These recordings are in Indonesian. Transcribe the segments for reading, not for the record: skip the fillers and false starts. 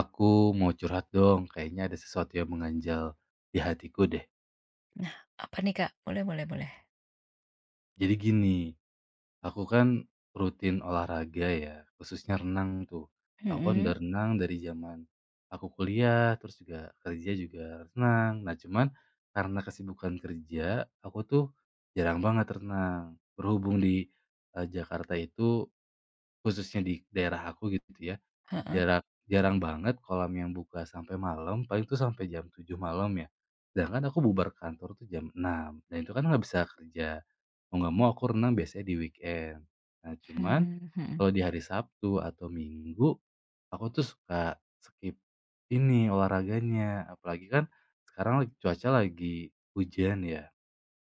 Aku mau curhat dong, kayaknya ada sesuatu yang mengganjal di hatiku deh. Nah, apa nih, Kak? Boleh boleh boleh. Jadi gini, aku kan rutin olahraga ya, khususnya renang tuh. Aku kan Mhm, udah renang dari zaman aku kuliah, terus juga kerja juga renang. Nah cuman karena kesibukan kerja, aku tuh jarang banget renang. Berhubung di Jakarta itu, khususnya di daerah aku gitu ya, heeh, jarang banget kolam yang buka sampai malam, paling tuh sampai jam 7 malam ya. Sedangkan aku bubar kantor tuh jam 6 dan itu kan nggak bisa kerja. Mau nggak mau aku renang biasanya di weekend. Nah, cuman mmm, mhm, kalau di hari Sabtu atau Minggu, aku tuh suka skip ini olahraganya. Apalagi kan sekarang cuaca lagi hujan ya.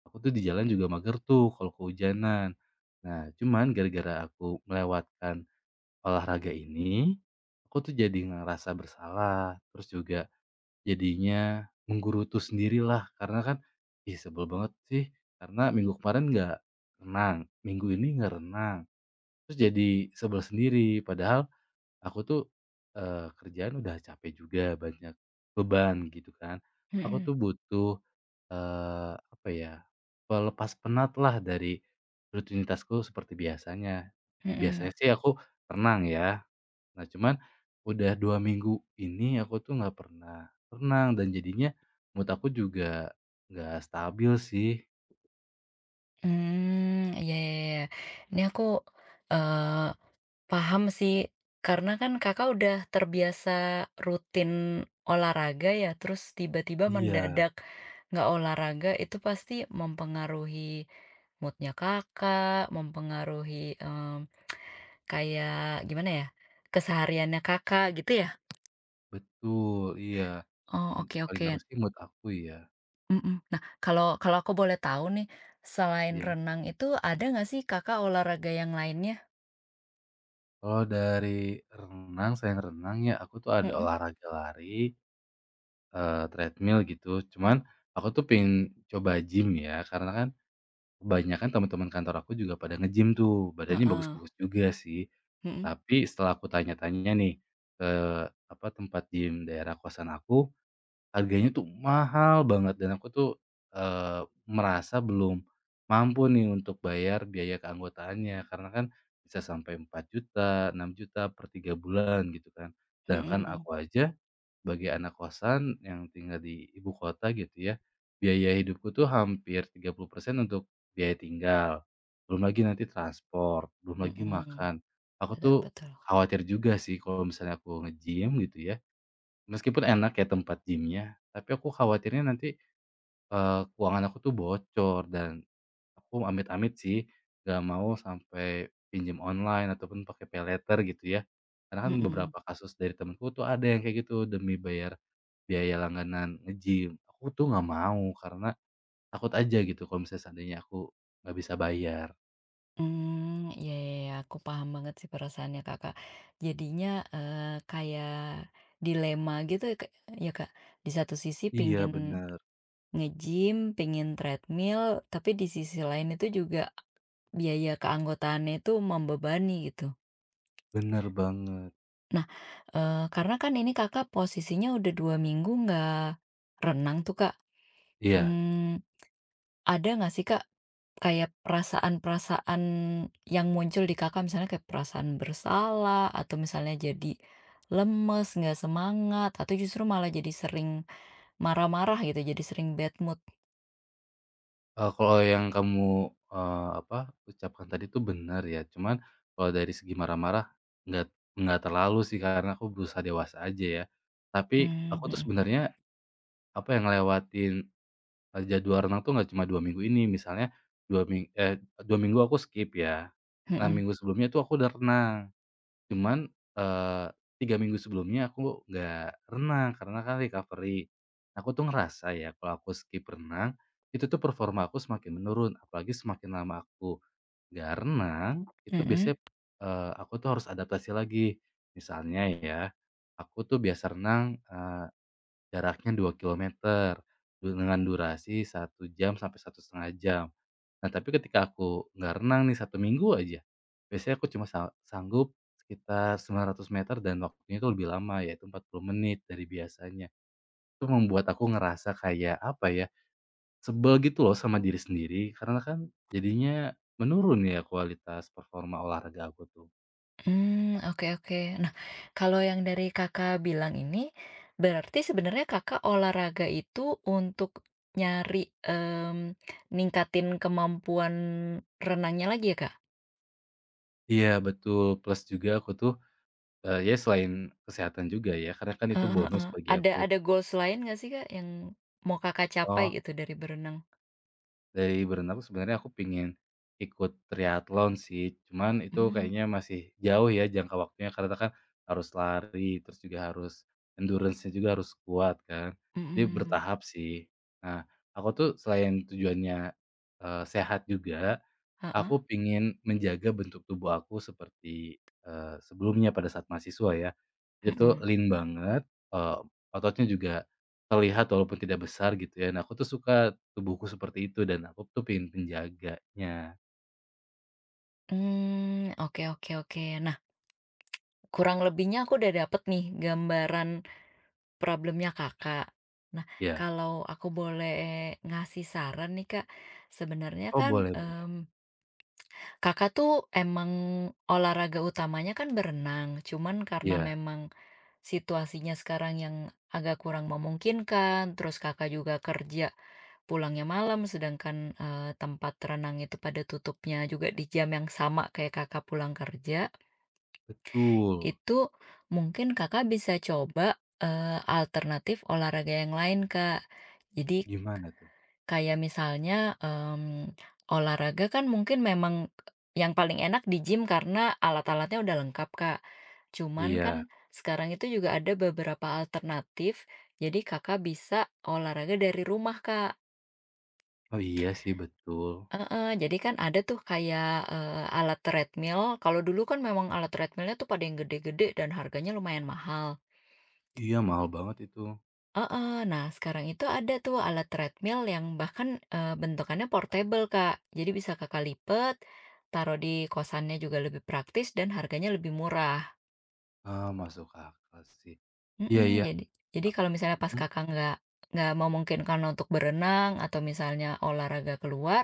Aku tuh di jalan juga mager tuh kalau kehujanan. Nah, cuman gara-gara aku melewatkan olahraga ini, aku tuh jadi ngerasa bersalah, terus juga jadinya menggerutu sendirilah karena kan, ih sebel banget sih karena minggu kemarin nggak renang, minggu ini nggak renang, terus jadi sebel sendiri padahal aku tuh, kerjaan udah capek juga banyak beban gitu kan. Aku mhm, tuh butuh, apa ya, pelepas penatlah dari rutinitasku seperti biasanya. mhm, Biasanya sih aku renang ya. Nah, cuman udah 2 minggu ini aku tuh nggak pernah renang dan jadinya mood aku juga nggak stabil sih. mmm, iya iya iya iya. Ini aku, eee, paham sih, karena kan Kakak udah terbiasa rutin olahraga ya, terus tiba-tiba Iya. mendadak nggak olahraga, itu pasti mempengaruhi mood-nya Kakak, mempengaruhi, kayak gimana ya, kesehariannya Kakak gitu ya? Betul, iya. Oh, Yang oke paling oke. harus sih mood aku ya. Mhm. Nah, kalau kalau aku boleh tahu nih, selain Iya. renang itu ada nggak sih Kakak olahraga yang lainnya? Kalau dari renang, selain renang ya aku tuh ada Mhm, olahraga lari, treadmill gitu. Cuman aku tuh pengen coba gym ya, karena kan kebanyakan teman-teman kantor aku juga pada nge-gym tuh, badannya heeh, bagus-bagus juga sih. mhm, Tapi setelah aku tanya-tanya nih, ke apa, tempat gym daerah kosan aku, harganya tuh mahal banget dan aku tuh, eee, merasa belum mampu nih untuk bayar biaya keanggotaannya. Karena kan bisa sampai 4 juta 6 juta per 3 bulan gitu kan. Sedangkan mhm, aku aja bagi anak kosan yang tinggal di ibu kota gitu ya, biaya hidupku tuh hampir 30% untuk biaya tinggal, belum lagi nanti transport, belum lagi mhm, makan. Aku tuh betul betul, khawatir juga sih kalau misalnya aku nge-gym gitu ya, meskipun enak ya tempat gym tapi aku khawatirnya nanti, keuangan aku tuh bocor dan aku amit-amit sih gak mau sampai pinjam online ataupun pakai pay later gitu ya. Karena kan mhm. beberapa kasus dari temenku tuh ada yang kayak gitu demi bayar biaya langganan nge-gym, aku tuh nggak mau karena takut aja gitu kalau misalnya seandainya aku nggak bisa bayar. Mmm, iya iya iya, aku paham banget sih perasaannya Kakak. Jadinya, eee, kayak dilema gitu ya, Kak ya, Kak. Di satu sisi Iya pingin bener, nge-gym, pengen treadmill, tapi di sisi lain itu juga biaya keanggotaannya itu membebani gitu. bener banget. Nah, karena kan ini Kakak posisinya udah 2 minggu nggak renang tuh, Kak. Iya, Mmm, ada nggak sih, Kak, kayak perasaan-perasaan yang muncul di Kakak, misalnya kayak perasaan bersalah atau misalnya jadi lemes, nggak semangat, atau justru malah jadi sering marah-marah gitu, jadi sering bad mood? Kalau yang kamu, apa, ucapkan tadi tuh benar ya, cuman kalau dari segi marah-marah nggak nggak terlalu sih karena aku berusaha dewasa aja ya. Tapi Mmm, aku tuh mhm, sebenarnya, apa yang ngelewatin, jadwal renang tuh nggak cuma 2 minggu ini, misalnya 2 ming eh, 2 minggu aku skip ya. Nah, mhm, minggu sebelumnya tuh aku udah renang. Cuman, eee, 3 minggu sebelumnya aku nggak renang karena kan recovery. Aku tuh ngerasa ya kalau aku skip renang, itu tuh performa aku semakin menurun, apalagi semakin lama aku nggak renang, itu mhm. biasanya, aku tuh harus adaptasi lagi. Misalnya ya, aku tuh biasa renang, jaraknya 2 kilometer dengan durasi 1 jam sampai 1,5 jam. Nah, tapi ketika aku nggak renang nih 1 minggu aja, biasanya aku cuma sanggup sekitar 900 meter dan waktunya itu lebih lama, yaitu 40 menit dari biasanya. Itu membuat aku ngerasa kayak, apa ya, sebel gitu loh sama diri sendiri, karena kan jadinya menurun ya kualitas performa olahraga aku tuh. Hmm, oke oke. Nah, kalau yang dari Kakak bilang ini, berarti sebenarnya Kakak olahraga itu untuk nyari, ningkatin kemampuan renangnya lagi ya, Kak? Iya, betul, plus juga aku tuh, ya selain kesehatan juga ya, karena kan itu Heeh bonus heeh. bagi Ada aku. ada goals lain nggak sih, Kak, yang mau Kakak capai Oh, gitu dari berenang? dari berenang tuh sebenarnya aku pingin ikut triathlon sih, cuman itu kayaknya Mmm, masih jauh ya jangka waktunya karena kan harus lari, terus juga harus endurance-nya juga harus kuat kan. Jadi mhm. bertahap sih. Nah, aku tuh selain tujuannya, sehat juga, Heeh, aku pingin menjaga bentuk tubuh aku seperti, sebelumnya pada saat mahasiswa ya. Itu mhm. lean banget, ototnya juga terlihat walaupun tidak besar gitu ya. Nah, aku tuh suka tubuhku seperti itu dan aku tuh pingin menjaganya. Mmm, oke oke oke. Nah, kurang lebihnya aku udah dapet nih gambaran problemnya Kakak. Nah, Ya. kalau aku boleh ngasih saran nih, Kak, sebenarnya Oh, kan, boleh boleh. Kakak tuh emang olahraga utamanya kan berenang, cuman karena Iya, memang situasinya sekarang yang agak kurang memungkinkan, terus Kakak juga kerja pulangnya malam, sedangkan, tempat renang itu pada tutupnya juga di jam yang sama kayak Kakak pulang kerja. betul. Itu mungkin Kakak bisa coba, alternatif olahraga yang lain, Kak. Jadi Gimana tuh? kayak misalnya, olahraga kan mungkin memang yang paling enak di gym karena alat-alatnya udah lengkap, Kak. Cuman Iya. kan sekarang itu juga ada beberapa alternatif, jadi Kakak bisa olahraga dari rumah, Kak. Oh, iya sih betul. Heeh, jadi kan ada tuh kayak, alat treadmill, kalau dulu kan memang alat treadmillnya tuh pada yang gede-gede dan harganya lumayan mahal. Iya, mahal banget itu. Heeh. Nah, sekarang itu ada tuh alat treadmill yang bahkan, bentukannya portable, Kak. Jadi bisa Kakak lipet, taruh di kosannya juga lebih praktis dan harganya lebih murah. Ah masuk akal sih. Iya Mhm, iya, jadi e kalau misalnya pas mhm. Kakak nggak memungkinkan untuk berenang atau misalnya olahraga keluar,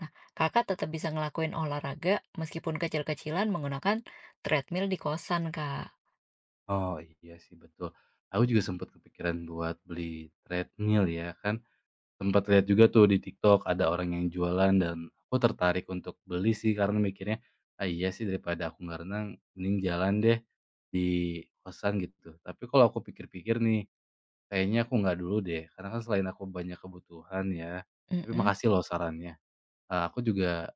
nah Kakak tetap bisa ngelakuin olahraga meskipun kecil-kecilan menggunakan treadmill di kosan, Kak. Oh, iya sih betul. Aku juga sempat kepikiran buat beli treadmill ya, kan sempat lihat juga tuh di TikTok ada orang yang jualan dan aku tertarik untuk beli sih karena mikirnya, "Ah, iya sih daripada aku nggak renang mending jalan deh di kosan," gitu. Tapi kalau aku pikir-pikir nih, kayaknya aku nggak dulu deh karena kan selain aku banyak kebutuhan ya, tapi Mhm makasih loh sarannya. Aku juga,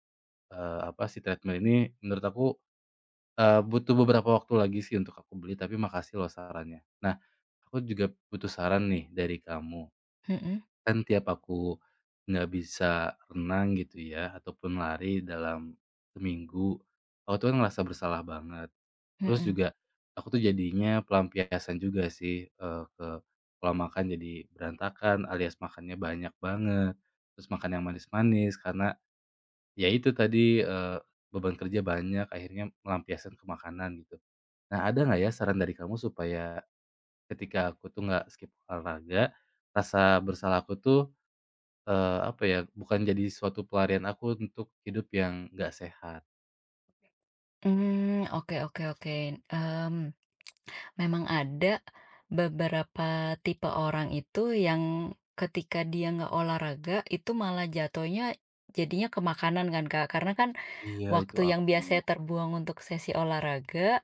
apa, si treadmill ini menurut aku butuh beberapa waktu lagi sih untuk aku beli, tapi makasih loh sarannya. Nah, aku juga butuh saran nih dari kamu. mhm Kan tiap aku nggak bisa renang gitu ya, ataupun lari dalam seminggu, aku tuh kan ngerasa bersalah banget. Terus mhm. juga aku tuh jadinya pelampiasan juga sih, ke pola makan jadi berantakan, alias makannya banyak banget, terus makan yang manis-manis karena ya itu tadi, beban kerja banyak akhirnya melampiaskan ke makanan gitu. Nah, ada nggak ya saran dari kamu supaya ketika aku tuh nggak skip olahraga, rasa bersalah aku tuh, apa ya, bukan jadi suatu pelarian aku untuk hidup yang nggak sehat. Mmm, oke oke oke, mmm. Memang ada beberapa tipe orang itu yang ketika dia nggak olahraga itu malah jatuhnya jadinya ke makanan kan Kak, karena kan Iya, itu waktu yang aku. biasanya terbuang untuk sesi olahraga,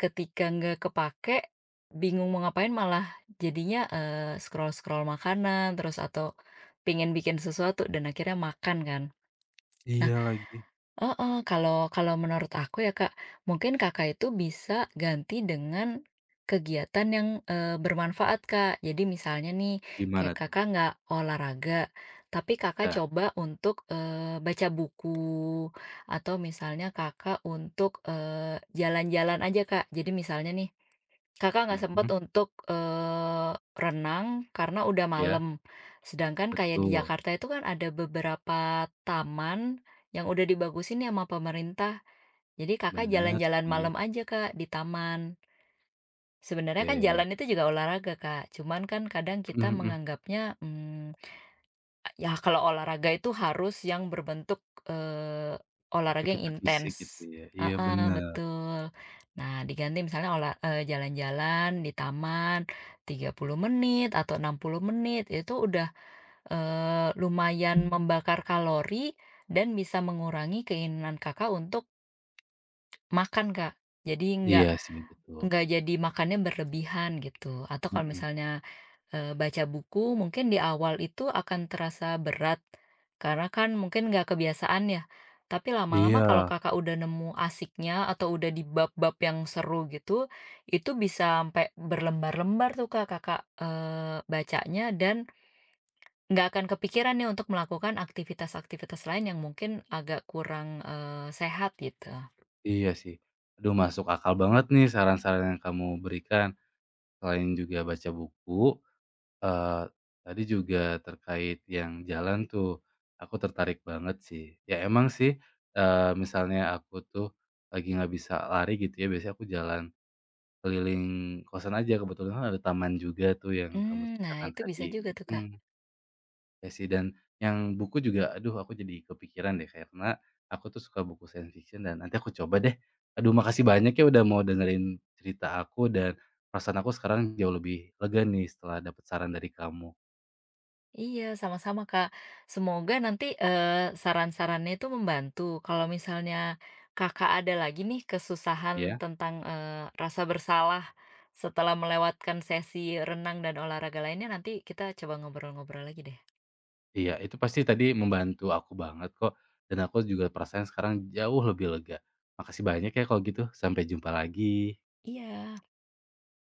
ketika nggak kepake, bingung mau ngapain malah jadinya, scroll-scroll makanan terus atau pingin bikin sesuatu dan akhirnya makan kan. Nah, Iya lagi. heeh, kalau kalau menurut aku ya Kak, mungkin Kakak itu bisa ganti dengan kegiatan yang, bermanfaat Kak. Jadi misalnya nih, Gimana kayak tuh? Kakak nggak olahraga, tapi Kakak Ya, coba untuk, baca buku, atau misalnya Kakak untuk, jalan-jalan aja Kak. Jadi misalnya nih, Kakak nggak sempat mhm, untuk, renang karena udah iya, malam, sedangkan kayak di betul, Jakarta itu kan ada beberapa taman yang udah dibagusin nih sama pemerintah. Jadi Kakak bener jalan-jalan sih, malam aja, Kak, di taman. Sebenarnya kan jalan oke, itu juga olahraga, Kak. Cuman kan kadang kita mhm mhm, menganggapnya, ya kalau olahraga itu harus yang berbentuk, eee, olahraga yang aktivitas fisik gitu intens. ya, iya Heeh, bener, betul. Nah, diganti misalnya jalan-jalan di taman 30 menit atau 60 menit, itu udah, lumayan membakar kalori dan bisa mengurangi keinginan Kakak untuk makan, Kak. Jadi nggak iya sih betul, nggak jadi makannya berlebihan gitu, atau kalau mhm, misalnya, baca buku mungkin di awal itu akan terasa berat, karena kan mungkin nggak kebiasaan ya. Tapi lama-lama iya kalau Kakak udah nemu asiknya atau udah di bab-bab yang seru gitu, itu bisa sampai berlembar-lembar tuh, Kak, Kakak, bacanya dan nggak akan kepikiran nih untuk melakukan aktivitas-aktivitas lain yang mungkin agak kurang, sehat gitu. iya sih. Aduh masuk akal banget nih saran-saran yang kamu berikan. Selain juga baca buku, eee, tadi juga terkait yang jalan tuh, aku tertarik banget sih. Ya emang sih, misalnya aku tuh lagi nggak bisa lari gitu ya, biasanya aku jalan keliling kosan aja, kebetulan kan ada taman juga tuh yang kamu Hmm, nah ceritakan itu bisa tadi, juga tuh, Kak. mhm. Iya sih dan yang buku juga aduh aku jadi kepikiran deh karena aku tuh suka buku science fiction dan nanti aku coba deh. Aduh makasih banyak ya udah mau dengerin cerita aku dan perasaan aku sekarang jauh lebih lega nih setelah dapat saran dari kamu. Iya, sama-sama, Kak. Semoga nanti, saran-sarannya itu membantu. Kalau misalnya Kakak ada lagi nih kesusahan Ya. tentang, rasa bersalah setelah melewatkan sesi renang dan olahraga lainnya, nanti kita coba ngobrol-ngobrol lagi deh. Iya itu pasti tadi membantu aku banget kok dan aku juga perasaan sekarang jauh lebih lega. Makasih banyak ya kalau gitu, sampai jumpa lagi. Iya.